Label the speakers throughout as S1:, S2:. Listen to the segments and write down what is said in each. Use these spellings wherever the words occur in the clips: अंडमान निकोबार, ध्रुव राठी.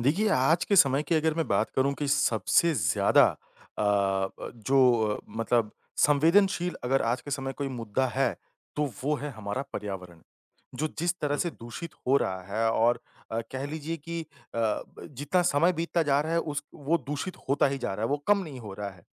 S1: देखिए, आज के समय की अगर मैं बात करूँ कि सबसे ज़्यादा अ अ, जो मतलब संवेदनशील अगर आज के समय कोई मुद्दा है, तो वो है हमारा पर्यावरण। जो जिस तरह से
S2: बिल्कुल।
S1: दूषित हो रहा है और कह लीजिए कि अ, ब जितना समय बीतता जा रहा है उस वो दूषित होता ही जा रहा है, वो कम नहीं हो रहा है।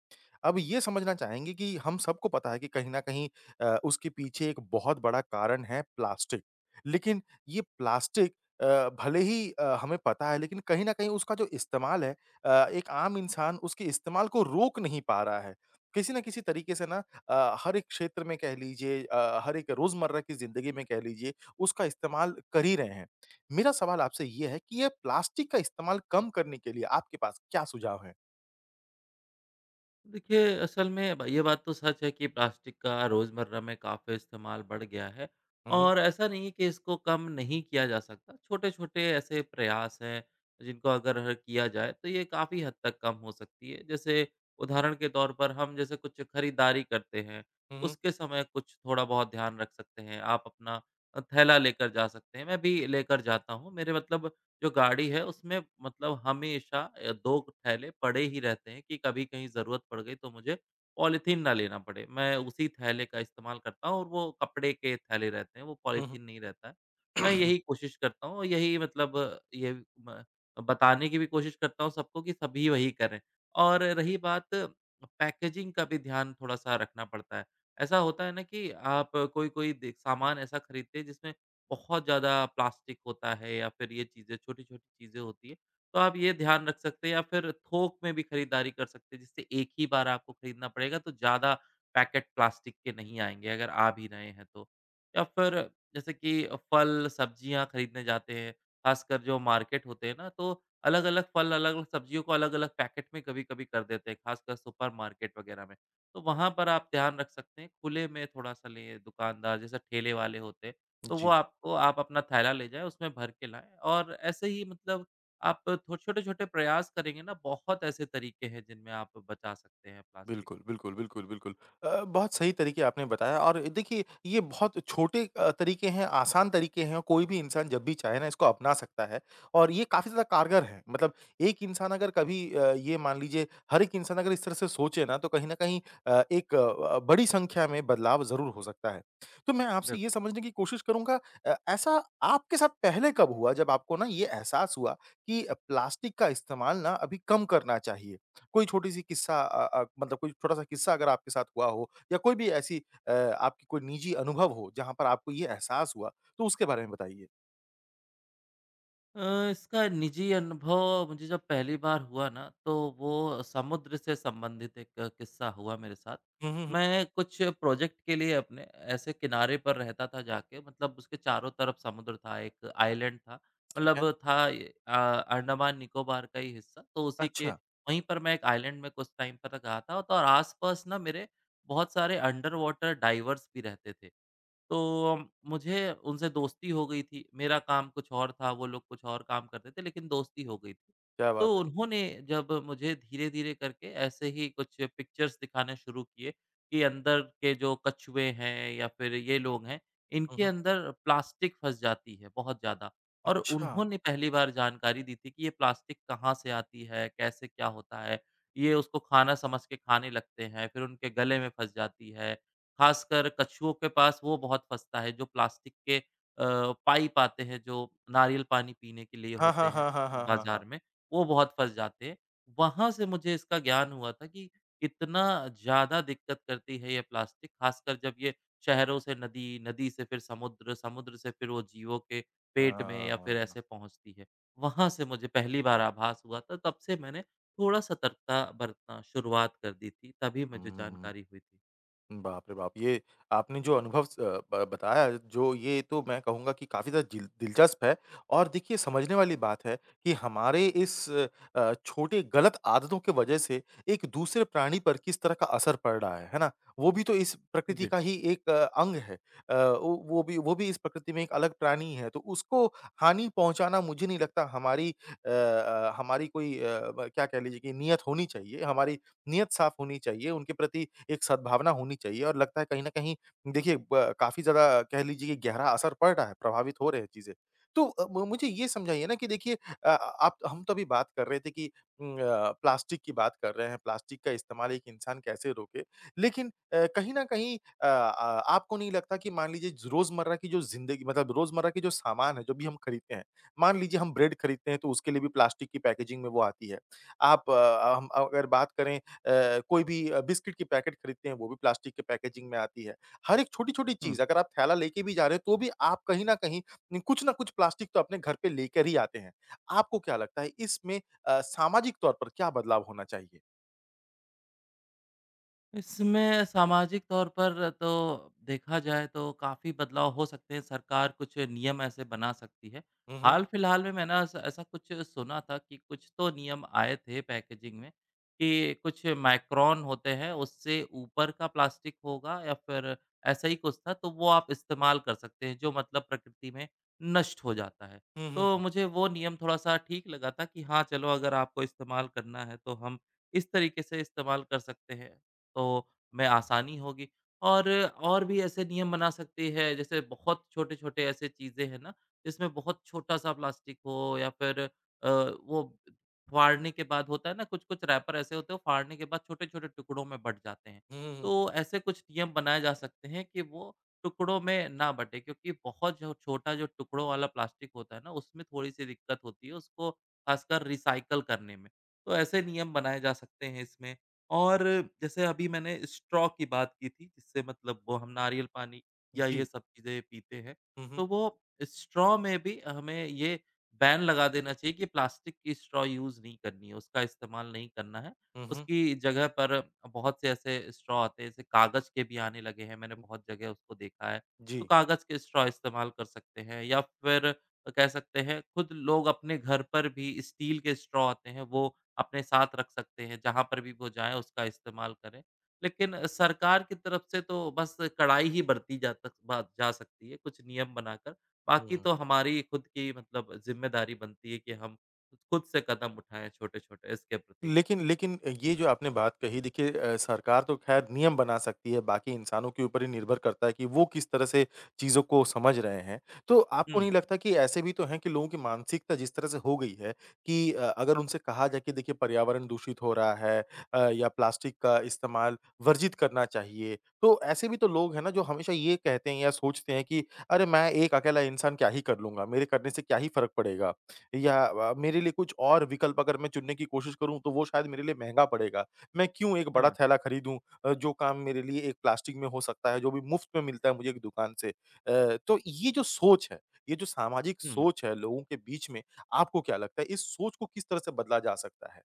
S1: अब ये समझना चाहेंगे कि हम सबको पता है कि कहीं न कहीं उसके पीछे एक बहुत बड़ा कारण है प्लास्टिक। लेकिन ये प्लास्टिक भले ही हमें पता है लेकिन कहीं न कहीं उसका जो इस्तेमाल है एक आम इंसान उसके इस्तेमाल को रोक नहीं पा रहा है। किसी न किसी तरीके से ना हर एक क्षेत्र में कह लीजिए हर एक रोज़मर्रा की ज़िंदगी में कह लीजिए उसका इस्तेमाल कर ही रहे हैं। मेरा सवाल आपसे ये है कि ये प्लास्टिक का इस्तेमाल कम करने के लिए आपके पास क्या सुझाव हैं?
S2: देखिए, असल में ब ये बात तो सच है कि प्लास्टिक का रोज़मर्रा में काफ़ी इस्तेमाल बढ़ गया है
S1: हुँ, हुँ।
S2: और ऐसा नहीं है कि इसको कम नहीं किया जा सकता। छोटे-छोटे ऐसे प्रयास हैं, जिनको अगर ह किया जाए, तो ये काफ़ी हद तक कम हो सकती है। जैसे उदाहरण के तौर पर हम जैसे कुछ खरीदारी करते हैं,
S1: हुँ, हुँ।
S2: उसके समय कुछ थोड़ा बहुत ध्यान रख सकते हैं। आप अपना थैला लेकर जा सकते हैं, मैं भी लेकर जाता हूँ। मेरे मतलब जो गाड़ी है उसमें मतलब हमेशा 2 थैले पड़े ही रहते हैं कि कभी कहीं ज़रूरत पड़ गई तो मुझे पॉलीथीन ना लेना पड़े। मैं उसी थैले का इस्तेमाल करता हूँ और वो कपड़े के थैले रहते हैं, वो
S1: हुँ, हुँ।
S2: पॉलीथीन नहीं रहता है। मैं यही कोशिश करता हूँ और यही मतलब ये म बताने की भी कोशिश करता हूँ सबको कि सभी वही करें। और रही बात पैकेजिंग का भी ध्यान थोड़ा-सा रखना पड़ता है। ऐसा होता है ना कि आप कोई-कोई दे सामान ऐसा खरीदते हैं जिसमें बहुत ज़्यादा प्लास्टिक होता है या फिर ये चीज़ें छोटी-छोटी चीज़ें होती हैं। तो आप ये ध्यान रख सकते हैं या फिर थोक में भी खरीदारी कर सकते हैं जिससे एक ही बार आपको खरीदना पड़ेगा तो ज़्यादा पैकेट प्लास्टिक के नहीं आएँगे अगर आ भी रहे हैं तो। या फिर जैसे कि फल, सब्जियाँ खरीदने जाते हैं, ख़ासकर जो मार्केट होते हैं ना तो अलग-अलग फल, अलग-अलग सब्जियों को अलग-अलग पैकेट में कभी-कभी कर देते हैं, ख़ासकर सुपरमार्केट वग़ैरह में। तो वहाँ पर आप ध्यान रख सकते हैं, खुले में थोड़ा-सा लें दुकानदार जैसे ठेले वाले होते हैं। तो वो
S1: जी।
S2: आपको आप अपना थैला ले जाएँ, उसमें भर के लाएँ और ऐसे ही मतलब आप थो छोटे-छोटे प्रयास करेंगे ना, बहुत ऐसे तरीके हैं जिनमें आप बचा सकते हैं प्लास्टिक।
S1: बिल्कुल, बिल्कुल, बिल्कुल, बिल्कुल। बहुत सही तरीके आपने बताया और देखिए ये बहुत छोटे तरीके हैं, आसान तरीके हैं, कोई भी इंसान जब भी चाहे ना इसको अपना सकता है और ये काफ़ी ज़्यादा कारगर है। मतलब एक इंसान अगर कभी ये मान लीजिए हर एक इंसान अगर इस तरह से सोचे ना तो कहीं न कहीं एक बड़ी संख्या में बदलाव ज़रूर हो सकता है। तो मैं आपसे ये
S2: बिल्कुल।
S1: समझने की कोशिश करूँगा ऐसा आपके साथ पहले कब हुआ जब आपको ना ये एहसास हुआ कि प्लास्टिक का इस्तेमाल ना अभी कम करना चाहिए? कोई छोटी-सी किस्सा अ अ, मतलब कोई छोटा-सा किस्सा अगर आपके साथ हुआ हो या कोई भी ऐसी आपकी कोई निजी अनुभव हो जहाँ पर आपको ये एहसास हुआ, तो उसके बारे में बताइए?
S2: अ, इसका निजी अनुभव मुझे जब पहली बार हुआ ना, तो वो समुद्र से संबंधित एक किस्सा हुआ मेरे साथ।
S1: हुँ, हुँ, हुँ,
S2: मैं कुछ प्रोजेक्ट के लिए अपने ऐसे किनारे पर रहता था जाके मतलब उसके चारों तरफ समुद्र था, एक आइलैंड था।
S1: ठीक है।
S2: मतलब था ये अंडमान निकोबार का ही हिस्सा, तो उसी के
S1: अच्छा,
S2: वहीं पर मैं एक आइलैंड में कुछ टाइम तक रहा था, तो और आस-पास ना मेरे बहुत सारे अंडर वाटर डाइवर्स भी रहते थे। तो मुझे उनसे दोस्ती हो गई थी। मेरा काम कुछ और था, वो लोग कुछ और काम करते थे लेकिन दोस्ती हो गई थी।
S1: क्या
S2: तो
S1: बात है!
S2: उन्होंने जब मुझे धीरे-धीरे करके ऐसे ही कुछ पिक्चर्स दिखाने शुरू किए कि अंदर के जो कछुए हैं या फिर ये लोग हैं,
S1: हुँ,
S2: इनके
S1: हुँ।
S2: अंदर प्लास्टिक फँस जाती है बहुत ज़्यादा और
S1: अच्छा!
S2: उन्होंने पहली बार जानकारी दी थी कि ये प्लास्टिक कहाँ से आती है, कैसे क्या होता है। ये उसको खाना समझ के खाने लगते हैं, फिर उनके गले में फँस जाती है। ख़ासकर कछुओं के पास वो बहुत फँसता है जो प्लास्टिक के पाइप आते हैं जो नारियल पानी पीने के लिए
S1: हाँ,
S2: होते
S1: हाँ,
S2: हैं
S1: हाँ, हाँ, हाँ, हाँ,
S2: बाज़ार
S1: हाँ।
S2: में, वो बहुत फँस जाते हैं। वहाँ से मुझे इसका ज्ञान हुआ था कि कितना ज़्यादा दिक्कत करती है ये प्लास्टिक, ख़ासकर जब ये शहरों से नदी, नदी से फिर समुद्र, समुद्र से फिर वो जीवों के पेट में या फिर
S1: हाँ,
S2: ऐसे पहुँचती है। वहाँ से मुझे पहली बार आभास हुआ था, तब से मैंने थोड़ा सतर्कता बरतना शुरुआत कर दी थी, तभी मुझे
S1: हुँ।
S2: जानकारी हुई थी।
S1: बाप रे बाप! ये आपने जो अनुभव स ब बताया जो ये तो मैं कहूँगा कि काफ़ी ज़्यादा जिल दिलचस्प है और देखिए समझने वाली बात है कि हमारे इस छोटे गलत आदतों के वजह से एक दूसरे प्राणी पर किस तरह का असर पड़ रहा है ना? वो भी तो इस प्रकृति
S2: जी।
S1: का ही एक अंग है। वो भी इस प्रकृति में एक अलग प्राणी है, तो उसको हानि पहुँचाना मुझे नहीं लगता हमारी हमारी कोई अ, ब क्या कह लीजिए कि नियत होनी चाहिए, हमारी नियत साफ होनी चाहिए, उनके प्रति एक सद्भावना होनी चाहिए और लगता है कहीं न कहीं देखिए ब काफ़ी ज़्यादा कह लीजिए कि गहरा असर पड़ रहा है, प्रभावित हो रहे हैं चीज़ें। तो अ, म मुझे ये समझाइए ना कि देखिए अ, आप हम तो अभी बात कर रहे थे कि उम, अ, प्लास्टिक की बात कर रहे हैं, प्लास्टिक का इस्तेमाल एक इंसान कैसे रोके? लेकिन कहीं न कहीं अ, आ आपको नहीं लगता कि मान लीजिए ज रोज़मर्रा की जो ज़िंदगी मतलब रोज़मर्रा के जो सामान है, जो भी हम खरीदते हैं, मान लीजिए हम ब्रेड खरीदते हैं तो उसके लिए भी प्लास्टिक की पैकेजिंग में वो आती है। हम अगर बात करें कोई भी बिस्किट की पैकेट खरीदते हैं वो भी प्लास्टिक के पैकेजिंग में आती है। हर एक छोटी-छोटी चीज़ अगर आप थैला लेके भी जा रहे हो तो भी आप कहीं न कुछ न कुछ प्लास्टिक तो अपने घर पे लेकर ही आते हैं। आपको क्या लगता है इसमें सामाजिक तौर पर क्या बदलाव होना चाहिए?
S2: इसमें सामाजिक तौर पर तो देखा जाए तो काफ़ी बदलाव हो सकते हैं, सरकार कुछ नियम ऐसे बना सकती है।
S1: हुँ, हुँ।
S2: हाल-फिलहाल में मैंने ऐसा ऐसा कुछ सुना था कि कुछ तो नियम आए थे पैकेजिंग में कि कुछ माइक्रोन होते हैं, उससे ऊपर का प्लास्टिक होगा या फिर ऐसा ही कुछ था, तो वो आप इस्तेमाल कर सकते हैं, जो मतलब प्रकृति में नष्ट हो जाता है।
S1: हुँ, हुँ,
S2: तो
S1: हुँ,
S2: मुझे वो नियम थोड़ा-सा ठीक लगा था कि हाँ, चलो अगर आपको इस्तेमाल करना है, तो हम इस तरीके से इस्तेमाल कर सकते हैं। तो मैं आसानी होगी। और और भी ऐसे नियम बना सकती है, जैसे बहुत छोटे-छोटे ऐसे चीज़ें हैं ना, जिसमें बहुत छोटा-सा प्लास्टिक हो या फिर अ, वो फाड़ने के बाद होता है ना, कुछ-कुछ रैपर ऐसे होते हैं, वो फाड़ने के बाद छोटे-छोटे टुकड़ों में बँट जाते हैं।
S1: हुँ, हुँ, हुँ।
S2: तो ऐसे कुछ नियम बनाए जा सकते हैं कि वो टुकड़ों में ना बँटे क्योंकि बहुत जो छोटा जो टुकड़ों वाला प्लास्टिक होता है ना, उसमें थोड़ी-सी दिक्कत होती है, उसको ख़ासकर रिसाइकल करने में। तो ऐसे नियम बनाए जा सकते हैं इसमें। और जैसे अभी मैंने स्ट्रॉ की बात की थी जिससे मतलब वो हम नारियल पानी या ये
S1: जी।
S2: सब चीज़ें पीते हैं,
S1: हुँ, हुँ,
S2: तो वो स्ट्रॉ में भी हमें ये बैन लगा देना चाहिए कि प्लास्टिक की स्ट्रॉ यूज़ नहीं करनी है, उसका इस्तेमाल नहीं करना है।
S1: हुँ, हुँ।
S2: उसकी जगह पर बहुत से ऐसे स्ट्रॉ आते हैं, जैसे कागज़ के भी आने लगे हैं, मैंने
S1: हुँ,
S2: बहुत जगह उसको देखा है। तो
S1: जी।
S2: कागज़ के स्ट्रॉ इस्तेमाल कर सकते हैं या फिर कह सकते हैं खुद लोग अपने घर पर भी स्टील के स्ट्रॉ आते हैं, वो अपने साथ रख सकते हैं, जहाँ पर भी वो जाएँ उसका इस्तेमाल करें। लेकिन सरकार की तरफ से तो बस कड़ाई ही बरती जा तक बात जा सकती है, कुछ नियम बनाकर। बाकी
S1: हुँ।
S2: तो हमारी खुद की मतलब ज़िम्मेदारी बनती है कि हम खुद से कदम उठाएँ छोटे-छोटे इसके प्रति।
S1: लेकिन लेकिन ये जो आपने बात कही देखिए सरकार तो ख़ैर नियम बना सकती है, बाकी इंसानों के ऊपर ही निर्भर करता है कि वो किस तरह से चीज़ों को समझ रहे हैं। तो आपको नहीं
S2: हुँ,
S1: लगता कि ऐसे भी तो हैं कि लोगों की मानसिकता जिस तरह से हो गई है कि अगर उनसे कहा जाए कि देखिए पर्यावरण दूषित हो रहा है या प्लास्टिक का इस्तेमाल वर्जित करना चाहिए, तो ऐसे भी तो लोग हैं ना जो हमेशा ये कहते हैं या सोचते हैं कि अरे! मैं एक अकेला इंसान क्या ही कर लूँगा, मेरे करने से क्या ही फ़र्क पड़ेगा। या मेरे लिए कुछ और विकल्प अगर मैं चुनने की कोशिश करूँ तो वो शायद मेरे लिए महँगा पड़ेगा। मैं क्यों एक बड़ा
S2: हाँ,
S1: थैला खरीदूँ जो काम मेरे लिए एक प्लास्टिक में हो सकता है, जो भी मुफ़्त में मिलता है मुझे एक दुकान से। तो ये जो सोच है, ये जो सामाजिक
S2: हुँ।
S1: सोच है लोगों के बीच में, आपको क्या लगता है इस सोच को किस तरह से बदला जा सकता है?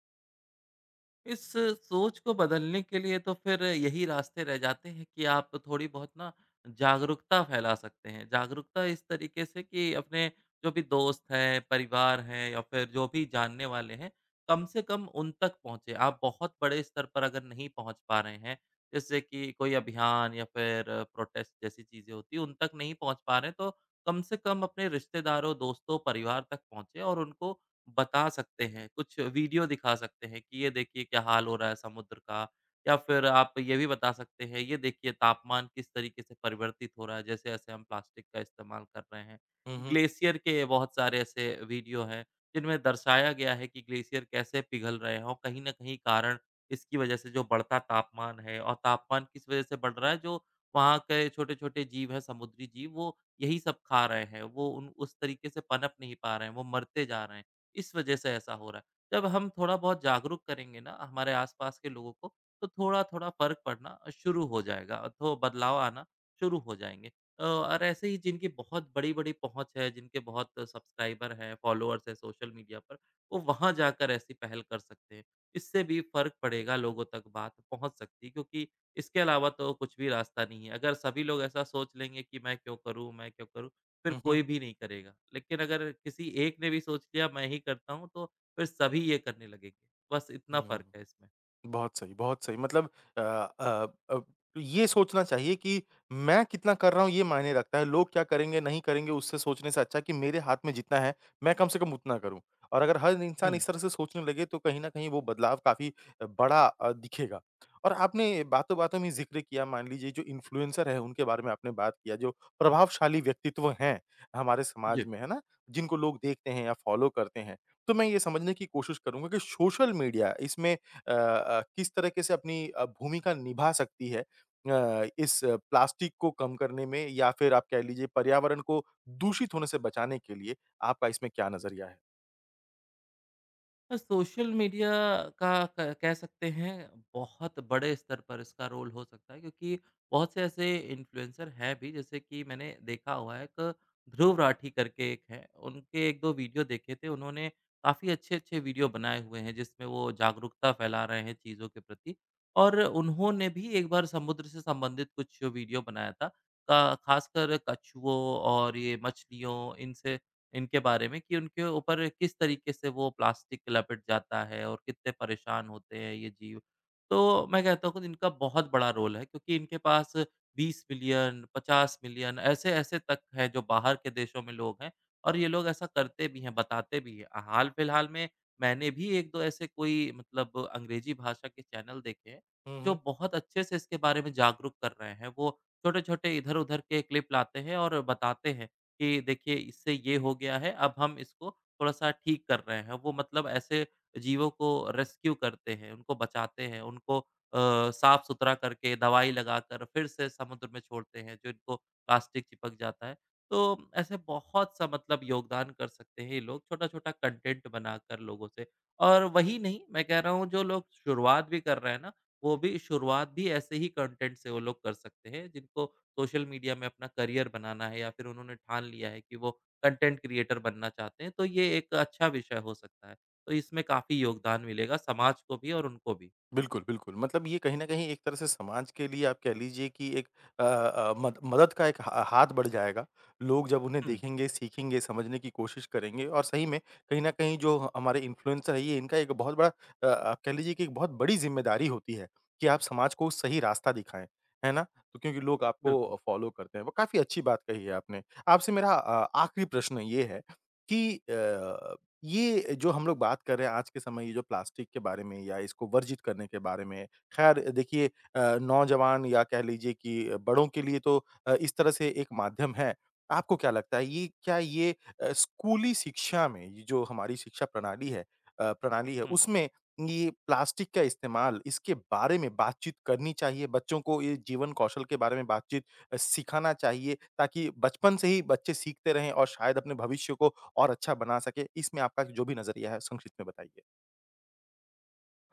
S2: इस सोच को बदलने के लिए तो फिर यही रास्ते रह जाते हैं कि आप थोड़ी बहुत ना जागरूकता फैला सकते हैं। जागरूकता इस तरीके से कि अपने जो भी दोस्त हैं, परिवार हैं या फिर जो भी जानने वाले हैं, कम से कम उन तक पहुँचे। आप बहुत बड़े स्तर पर अगर नहीं पहुँच पा रहे हैं, जैसे कि कोई अभियान या फिर प्रोटेस्ट जैसी चीज़ें होती हैं, उन तक नहीं पहुँच पा रहे हैं, तो कम से कम अपने रिश्तेदारों, दोस्तों, परिवार तक पहुँचे और उनको बता सकते हैं, कुछ वीडियो दिखा सकते हैं कि ये देखिए क्या हाल हो रहा है समुद्र का या फिर आप ये भी बता सकते हैं, ये देखिए तापमान किस तरीके से परिवर्तित हो रहा है, जैसे-जैसे हम प्लास्टिक का इस्तेमाल कर रहे हैं।
S1: हुँ, हुँ।
S2: ग्लेशियर के बहुत सारे ऐसे वीडियो हैं, जिनमें दर्शाया गया है कि ग्लेशियर कैसे पिघल रहे हैं और कहीं न कहीं कारण इसकी वजह से जो बढ़ता तापमान है और तापमान किस वजह से बढ़ रहा है, जो वहाँ के छोटे-छोटे जीव हैं, समुद्री जीव, वो यही सब खा रहे हैं। वो उन उस तरीके से पनप नहीं पा रहे हैं, वो मरते जा रहे हैं। इस वजह से ऐसा हो रहा है। जब हम थोड़ा बहुत जागरूक करेंगे ना हमारे आसपास के लोगों को, तो थोड़ा-थोड़ा फ़र्क पड़ना शुरू हो जाएगा, तो बदलाव आना शुरू हो जाएँगे। और ऐसे ही जिनकी बहुत बड़ी-बड़ी पहुँच है, जिनके बहुत सब्सक्राइबर हैं, फ़ॉलोअर्स हैं सोशल मीडिया पर, वो वहाँ जाकर ऐसी पहल कर सकते हैं। इससे भी फ़र्क पड़ेगा, लोगों तक बात पहुँच सकती है क्योंकि इसके अलावा तो कुछ भी रास्ता नहीं है। अगर सभी लोग ऐसा सोच लेंगे कि मैं क्यों करूँ, मैं क्यों करूँ? फिर
S1: हुँ, हुँ।
S2: कोई भी नहीं करेगा। लेकिन अगर किसी एक ने भी सोच लिया मैं ही करता हूँ तो फिर सभी ये करने लगेंगे। बस इतना
S1: हुँ।
S2: फ़र्क है इसमें।
S1: बहुत सही, बहुत सही। मतलब अब ये सोचना चाहिए कि मैं कितना कर रहा हूँ ये मायने रखता है। लोग क्या करेंगे, नहीं करेंगे उससे सोचने से अच्छा है कि मेरे हाथ में जितना है, मैं कम से कम उतना करूँ। और अगर हर इंसान
S2: हुँ।
S1: इस तरह से सोचने लगे तो कहीं न कहीं वो बदलाव काफ़ी बड़ा दिखेगा। और आपने बातों-बातों में ज़िक्र किया मान लीजिए जो इन्फ्लुएंसर हैं उनके बारे में आपने बात किया जो प्रभावशाली व्यक्तित्व हैं हमारे समाज में, है ना? जिनको लोग देखते हैं या फ़ॉलो करते हैं। तो मैं ये समझने की कोशिश करूँगा कि सोशल मीडिया इसमें किस तरीके से अपनी भूमिका निभा सकती है प्लास्टिक को कम करने में या फिर आप कह लीजिए पर्यावरण को दूषित होने से बचाने के लिए आपका इसमें क्या नज़रिया
S2: सोशल मीडिया का क कह सकते हैं बहुत बड़े स्तर पर इसका रोल हो सकता है क्योंकि बहुत से ऐसे इन्फ्लुएंसर हैं भी जैसे कि मैंने देखा हुआ है एक ध्रुव राठी करके एक हैं, उनके 1-2 वीडियो देखे थे उन्होंने काफ़ी अच्छे-अच्छे वीडियो बनाए हुए हैं जिसमें वो जागरूकता फैला रहे हैं चीज़ों के प्रति और उन्होंने भी एक बार समुद्र से संबंधित कुछ वीडियो बनाया था। ख़ासकर कछुओं और ये मछलियों इनसे इनके बारे में कि उनके ऊपर किस तरीके से वो प्लास्टिक लपेट जाता है और कितने परेशान होते हैं ये जीव। तो मैं कहता हूँ कि इनका बहुत बड़ा रोल है क्योंकि इनके पास 20 मिलियन, 50 मिलियन ऐसे-ऐसे तक हैं जो बाहर के देशों में लोग हैं और ये लोग ऐसा करते भी हैं, बताते भी हैं। हाल-फिलहाल में मैंने भी 1-2 ऐसे कोई मतलब अंग्रेज़ी भाषा के चैनल देखे हैं, जो
S1: है?
S2: बहुत अच्छे से इसके बारे में जागरूक कर रहे हैं। वो छोटे-छोटे इधर-उधर के क्लिप लाते हैं और बताते हैं। कि देखिए इससे ये हो गया है, अब हम इसको थोड़ा-सा ठीक कर रहे हैं। वो मतलब ऐसे जीवों को रेस्क्यू करते हैं, उनको बचाते हैं, उनको अ, साफ-सुथरा करके, दवाई लगाकर फिर से समुद्र में छोड़ते हैं, जिनको प्लास्टिक चिपक जाता है। तो ऐसे बहुत सा मतलब योगदान कर सकते हैं ये लोग, छोटा-छोटा कंटेंट बनाकर लोगों से। और वही नहीं, मैं कह रहा हूँ जो लोग शुरुआत भी कर रहे हैं ना, वो भी शुरुआत भी ऐसे ही कंटेंट से वो लोग कर सकते हैं, जिनको सोशल मीडिया में अपना करियर बनाना है या फिर उन्होंने ठान लिया है कि वो कंटेंट क्रिएटर बनना चाहते हैं, तो ये एक अच्छा विषय हो सकता है। तो इसमें काफ़ी योगदान मिलेगा समाज को भी और उनको भी।
S1: बिल्कुल, बिल्कुल। मतलब ये कहीं न कहीं एक तरह से समाज के लिए आप कह लीजिए कि एक अ अ, मद मदद का एक हा हाथ बढ़ जाएगा। लोग जब उन्हें
S2: हुँ,
S1: देखेंगे, सीखेंगे, समझने की कोशिश करेंगे और सही में कहीं न कहीं जो हमारे इन्फ्लुएंसर है ये इनका एक बहुत बड़ा आप कह लीजिए कि एक बहुत बड़ी ज़िम्मेदारी होती है कि आप समाज को सही रास्ता दिखाएँ, है ना? तो क्योंकि लोग
S2: बिल्कुल।
S1: आपको फ़ॉलो करते हैं। वो काफ़ी अच्छी बात कही है आपने। आपसे मेरा आखिरी प्रश्न ये है कि ये जो हम लोग बात कर रहे हैं आज के समय ये जो प्लास्टिक के बारे में या इसको वर्जित करने के बारे में, ख़ैर देखिए नौजवान या कह लीजिए कि बड़ों के लिए तो इस तरह से एक माध्यम है। आपको क्या लगता है ये स्कूली शिक्षा में ये जो हमारी शिक्षा प्रणाली है
S2: हुँ।
S1: उसमें ये प्लास्टिक का इस्तेमाल इसके बारे में बातचीत करनी चाहिए? बच्चों को ये जीवन कौशल के बारे में बातचीत सिखाना चाहिए ताकि बचपन से ही बच्चे सीखते रहें और शायद अपने भविष्य को और अच्छा बना सके, इसमें आपका जो भी नज़रिया है संक्षिप्त में बताइए?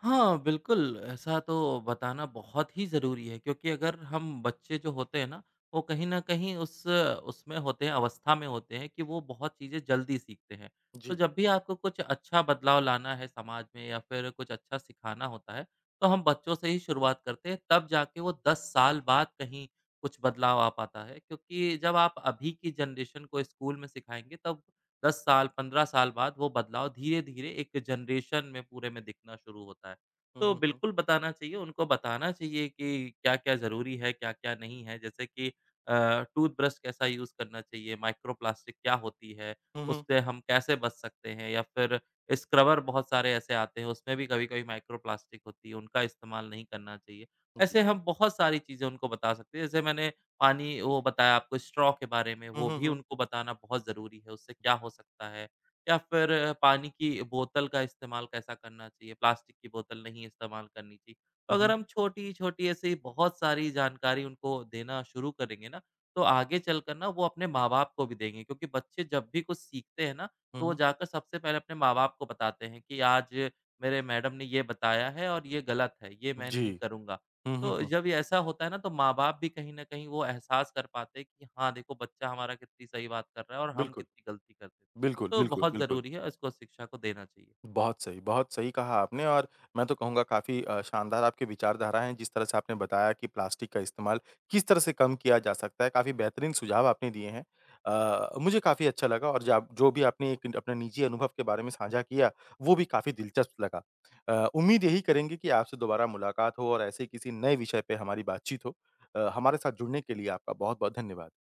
S2: हाँ, बिल्कुल, ऐसा तो बताना बहुत ही ज़रूरी है क्योंकि अगर हम बच्चे जो होते हैं ना, वो कहीं न कहीं उस उसमें होते हैं, अवस्था में होते हैं कि वो बहुत चीज़ें जल्दी सीखते हैं। तो
S1: जी।
S2: जब भी आपको कुछ अच्छा बदलाव लाना है समाज में या फिर कुछ अच्छा सिखाना होता है, तो हम बच्चों से ही शुरुआत करते हैं, तब जाके वो 10 साल बाद कहीं कुछ बदलाव आ पाता है। क्योंकि जब आप अभी की जनरेशन को स्कूल में सिखाएँगे तब 10 साल, 15 साल बाद वो बदलाव धीरे-धीरे एक जनरेशन में पूरे में दिखना शुरू होता है।
S1: हुँ,
S2: तो
S1: हुँ, हुँ।
S2: बिल्कुल बताना चाहिए, उनको बताना चाहिए कि क्या-क्या ज़रूरी है, क्या-क्या नहीं है। जैसे कि टूथब्रश कैसा यूज़ करना चाहिए, माइक्रोप्लास्टिक क्या होती है,
S1: हुँ, हुँ।
S2: उससे हम कैसे बच सकते हैं या फिर स्क्रबर बहुत सारे ऐसे आते हैं, उसमें भी कभी-कभी माइक्रोप्लास्टिक होती है, उनका इस्तेमाल नहीं करना चाहिए।
S1: जी।
S2: ऐसे हम बहुत सारी चीज़ें उनको बता सकते हैं। जैसे मैंने पानी वो बताया आपको स्ट्रॉ के बारे में,
S1: हुँ,
S2: वो
S1: हुँ,
S2: भी
S1: हुँ।
S2: उनको बताना बहुत ज़रूरी है, उससे क्या हो सकता है। या फिर पानी की बोतल का इस्तेमाल कैसा करना चाहिए, प्लास्टिक की बोतल नहीं इस्तेमाल करनी चाहिए। तो
S1: हुँ,
S2: अगर
S1: हुँ,
S2: हम छोटी-छोटी ऐसी बहुत सारी जानकारी उनको देना शुरू करेंगे ना, तो आगे चलकर ना वो अपने माँ-बाप को भी देंगे क्योंकि बच्चे जब भी कुछ सीखते हैं ना,
S1: हुँ,
S2: तो वो
S1: हुँ।
S2: जाकर सबसे पहले अपने माँ-बाप को बताते हैं कि आज मेरे मैडम ने ये बताया है और ये गलत है, ये मैं
S1: जी।
S2: नहीं करूँगा।
S1: हुँ, हुँ,
S2: तो
S1: हुँ।
S2: जब ये ऐसा होता है ना तो माँ-बाप भी कहीं न कहीं वो एहसास कर पाते हैं कि हाँ, देखो बच्चा हमारा कितनी सही बात कर रहा है और हम
S1: बिल्कुल,
S2: कितनी गलती करते हैं।
S1: बिल्कुल,
S2: तो
S1: बिल्कुल,
S2: बहुत
S1: बिल्कुल।
S2: ज़रूरी है इसको शिक्षा को देना चाहिए।
S1: बहुत सही कहा आपने और मैं तो कहूँगा काफ़ी शानदार आपकी विचारधारा हैं, जिस तरह से आपने बताया कि प्लास्टिक का इस्तेमाल किस तरह से कम किया जा सकता है, काफ़ी बेहतरीन सुझाव आपने दिए हैं। मुझे काफ़ी अच्छा लगा और जा जो भी आपने एक अपना निजी अनुभव के बारे में साझा किया, वो भी काफ़ी दिलचस्प लगा। उम्मीद यही करेंगे कि आपसे दोबारा मुलाकात हो और ऐसे ही किसी नए विषय पे हमारी बातचीत हो। हमारे साथ जुड़ने के लिए आपका बहुत-बहुत धन्यवाद।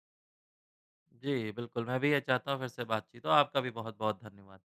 S2: जी, बिल्कुल मैं भी ये चाहता हूँ फिर से बातचीत हो। आपका भी बहुत-बहुत धन्यवाद।